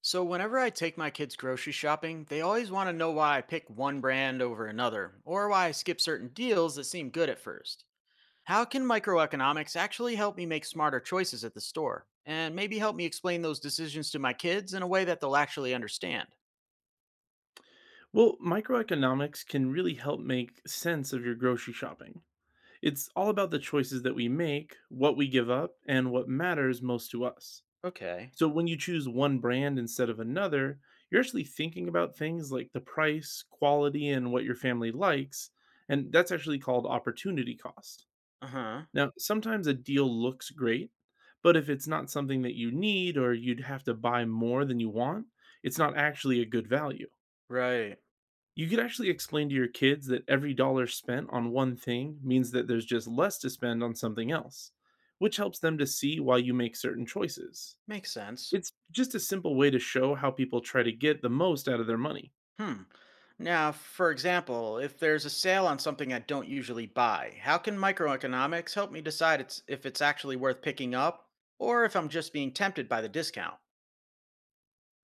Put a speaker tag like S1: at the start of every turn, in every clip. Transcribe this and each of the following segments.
S1: So, whenever I take my kids grocery shopping, they always want to know why I pick one brand over another, or why I skip certain deals that seem good at first. How can microeconomics actually help me make smarter choices at the store? And maybe help me explain those decisions to my kids in a way that they'll actually understand?
S2: Well, microeconomics can really help make sense of your grocery shopping. It's all about the choices that we make, what we give up, and what matters most to us.
S1: Okay.
S2: So when you choose one brand instead of another, you're actually thinking about things like the price, quality, and what your family likes, and that's actually called opportunity cost.
S1: Uh huh.
S2: Now, sometimes a deal looks great, but if it's not something that you need or you'd have to buy more than you want, it's not actually a good value.
S1: Right.
S2: You could actually explain to your kids that every dollar spent on one thing means that there's just less to spend on something else, which helps them to see why you make certain choices.
S1: Makes sense.
S2: It's just a simple way to show how people try to get the most out of their money.
S1: Hmm. Now, for example, if there's a sale on something I don't usually buy, how can microeconomics help me decide if it's actually worth picking up or if I'm just being tempted by the discount?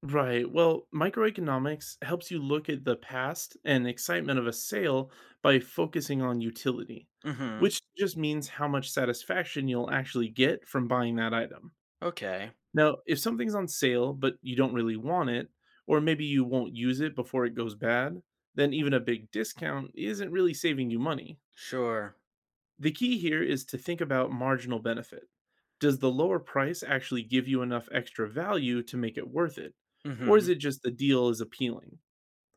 S2: Right. Well, microeconomics helps you look at the past and excitement of a sale by focusing on utility,
S1: Mm hmm.
S2: which just means how much satisfaction you'll actually get from buying that item.
S1: Okay.
S2: Now, if something's on sale but you don't really want it, or maybe you won't use it before it goes bad, then even a big discount isn't really saving you money.
S1: Sure.
S2: The key here is to think about marginal benefit. Does the lower price actually give you enough extra value to make it worth it?
S1: Mm
S2: Or
S1: hmm.
S2: is it just the deal is appealing?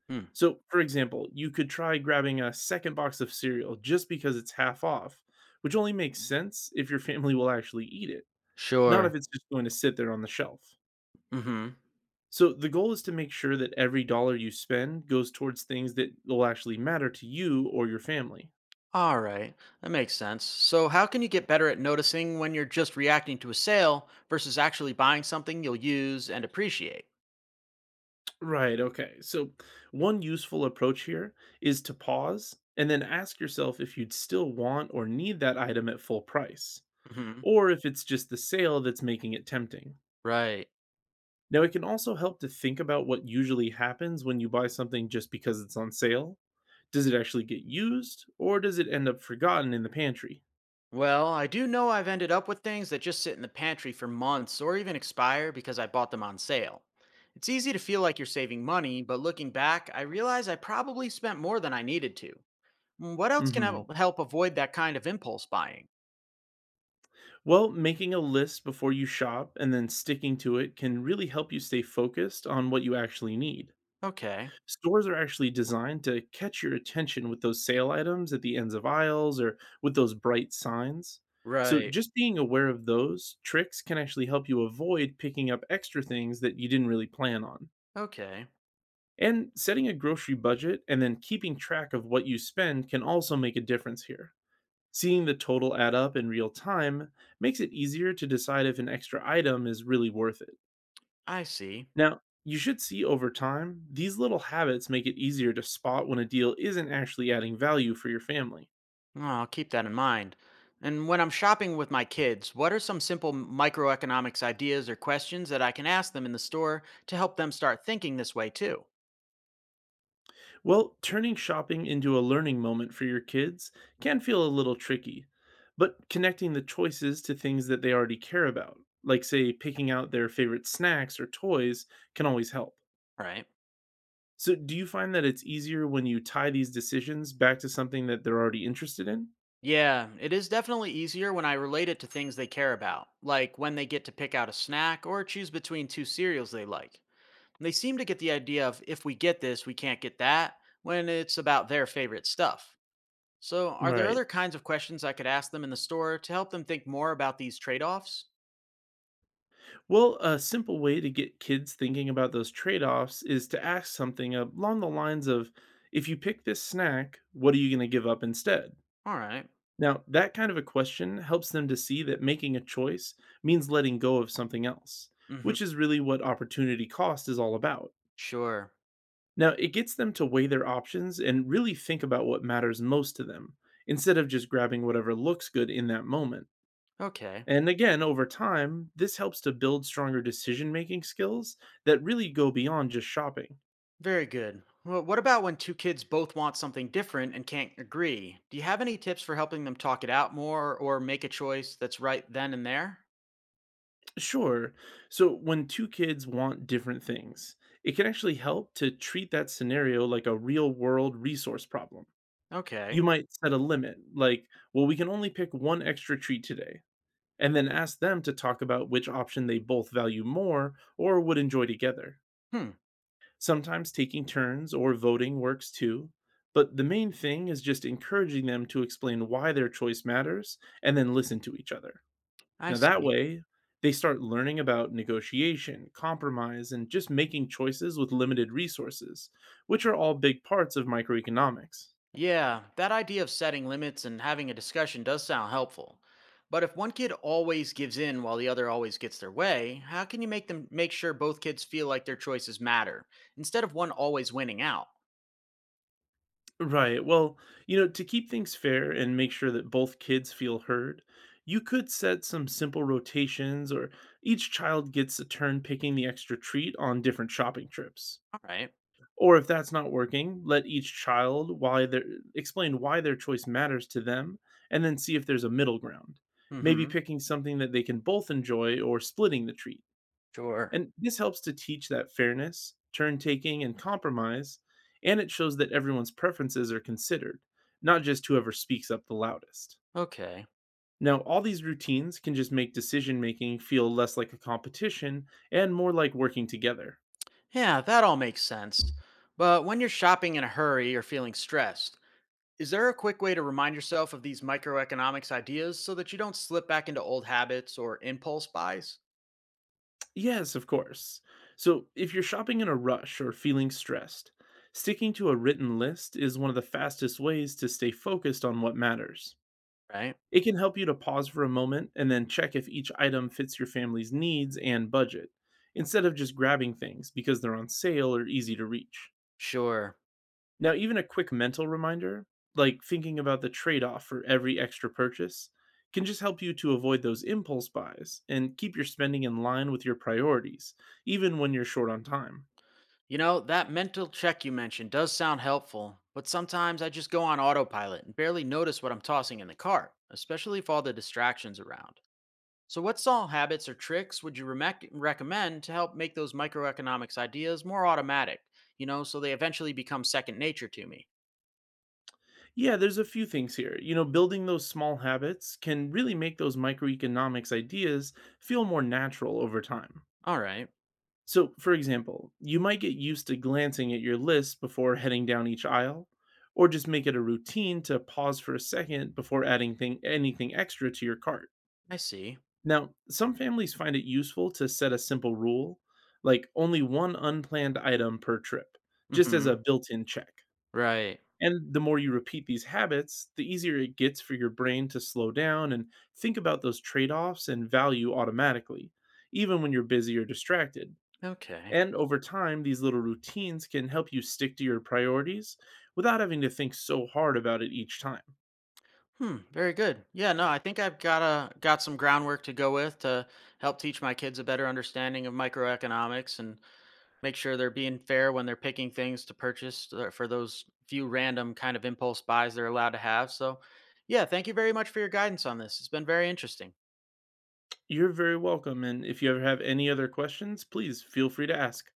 S1: Hmm.
S2: So, for example, you could try grabbing a second box of cereal just because it's half off, which only makes sense if your family will actually eat it, not
S1: Sure.
S2: if it's just going to sit there on the shelf.
S1: Mm hmm.
S2: So the goal is to make sure that every dollar you spend goes towards things that will actually matter to you or your family.
S1: All right. That makes sense. So, how can you get better at noticing when you're just reacting to a sale versus actually buying something you'll use and appreciate?
S2: Right, okay. So one useful approach here is to pause and then ask yourself if you'd still want or need that item at full price,
S1: Mm hmm.
S2: or if it's just the sale that's making it tempting.
S1: Right.
S2: Now, it can also help to think about what usually happens when you buy something just because it's on sale. Does it actually get used, or does it end up forgotten in the pantry?
S1: Well, I do know I've ended up with things that just sit in the pantry for months or even expire because I bought them on sale. It's easy to feel like you're saving money, but looking back, I realize I probably spent more than I needed to. What else can
S2: Hmm.
S1: help avoid that kind of impulse buying?
S2: Well, making a list before you shop and then sticking to it can really help you stay focused on what you actually need.
S1: Okay.
S2: Stores are actually designed to catch your attention with those sale items at the ends of aisles or with those bright signs. So,
S1: Right.
S2: just being aware of those tricks can actually help you avoid picking up extra things that you didn't really plan on.
S1: Okay.
S2: And setting a grocery budget and then keeping track of what you spend can also make a difference here. Seeing the total add up in real time makes it easier to decide if an extra item is really worth it.
S1: I see.
S2: Now, you should see over time, these little habits make it easier to spot when a deal isn't actually adding value for your family.
S1: Well, I'll keep that in mind. And when I'm shopping with my kids, what are some simple microeconomics ideas or questions that I can ask them in the store to help them start thinking this way too?
S2: Well, turning shopping into a learning moment for your kids can feel a little tricky, but connecting the choices to things that they already care about, like, say, picking out their favorite snacks or toys, can always help.
S1: Right.
S2: So, do you find that it's easier when you tie these decisions back to something that they're already interested in?
S1: Yeah, it is definitely easier when I relate it to things they care about, like when they get to pick out a snack or choose between two cereals they like. They seem to get the idea of if we get this, we can't get that when it's about their favorite stuff. So, are there
S2: Right.
S1: other kinds of questions I could ask them in the store to help them think more about these trade offs?
S2: Well, a simple way to get kids thinking about those trade offs is to ask something along the lines of if you pick this snack, what are you going to give up instead?
S1: All right.
S2: Now, that kind of a question helps them to see that making a choice means letting go of something else,
S1: Mm-hmm.
S2: which is really what opportunity cost is all about.
S1: Sure.
S2: Now, it gets them to weigh their options and really think about what matters most to them, instead of just grabbing whatever looks good in that moment.
S1: Okay.
S2: And again, over time, this helps to build stronger decision making skills that really go beyond just shopping.
S1: Very good. Well, what about when two kids both want something different and can't agree? Do you have any tips for helping them talk it out more or make a choice that's right then and there?
S2: Sure, so when two kids want different things, it can actually help to treat that scenario like a real world resource problem.
S1: Okay.
S2: You might set a limit, like, well, we can only pick one extra treat today and then ask them to talk about which option they both value more or would enjoy together.
S1: Hmm.
S2: Sometimes taking turns or voting works too, but the main thing is just encouraging them to explain why their choice matters and then listen to each other.
S1: I
S2: Now, that
S1: see.
S2: way, they start learning about negotiation, compromise, and just making choices with limited resources, which are all big parts of microeconomics.
S1: Yeah, that idea of setting limits and having a discussion does sound helpful. But if one kid always gives in while the other always gets their way, how can you make them make sure both kids feel like their choices matter instead of one always winning out?
S2: Right. Well, you know, to keep things fair and make sure that both kids feel heard, you could set some simple rotations or each child gets a turn picking the extra treat on different shopping trips.
S1: All right.
S2: Or if that's not working, let each child why their explain why their choice matters to them and then see if there's a middle ground. Maybe
S1: Mm-hmm.
S2: picking something that they can both enjoy or splitting the treat.
S1: Sure.
S2: And this helps to teach that fairness, turn taking, and compromise. And it shows that everyone's preferences are considered, not just whoever speaks up the loudest.
S1: Okay.
S2: Now, all these routines can just make decision making feel less like a competition and more like working together.
S1: Yeah, that all makes sense. But when you're shopping in a hurry or feeling stressed, is there a quick way to remind yourself of these microeconomics ideas so that you don't slip back into old habits or impulse buys?
S2: Yes, of course. So, if you're shopping in a rush or feeling stressed, sticking to a written list is one of the fastest ways to stay focused on what matters.
S1: Right?
S2: It can help you to pause for a moment and then check if each item fits your family's needs and budget, instead of just grabbing things because they're on sale or easy to reach.
S1: Sure.
S2: Now, even a quick mental reminder, like thinking about the trade off for every extra purchase, can just help you to avoid those impulse buys and keep your spending in line with your priorities, even when you're short on time.
S1: You know, that mental check you mentioned does sound helpful, but sometimes I just go on autopilot and barely notice what I'm tossing in the cart, especially if all the distractions around. So, what small habits or tricks would you remec recommend to help make those microeconomics ideas more automatic, you know, so they eventually become second nature to me?
S2: Yeah, there's a few things here. You know, building those small habits can really make those microeconomics ideas feel more natural over time.
S1: All right.
S2: So, for example, you might get used to glancing at your list before heading down each aisle, or just make it a routine to pause for a second before adding anything extra to your cart.
S1: I see.
S2: Now, some families find it useful to set a simple rule, like only one unplanned item per trip, just as a
S1: Hmm.
S2: built in check.
S1: Right.
S2: And the more you repeat these habits, the easier it gets for your brain to slow down and think about those trade offs and value automatically, even when you're busy or distracted.
S1: Okay.
S2: And over time, these little routines can help you stick to your priorities without having to think so hard about it each time.
S1: Hmm. Very good. Yeah. No, I think I've got some groundwork to go with to help teach my kids a better understanding of microeconomics and make sure they're being fair when they're picking things to purchase for those few random kind of impulse buys they're allowed to have. So, yeah. Thank you very much for your guidance on this. It's been very interesting.
S2: You're very welcome, and if you ever have any other questions, please feel free to ask.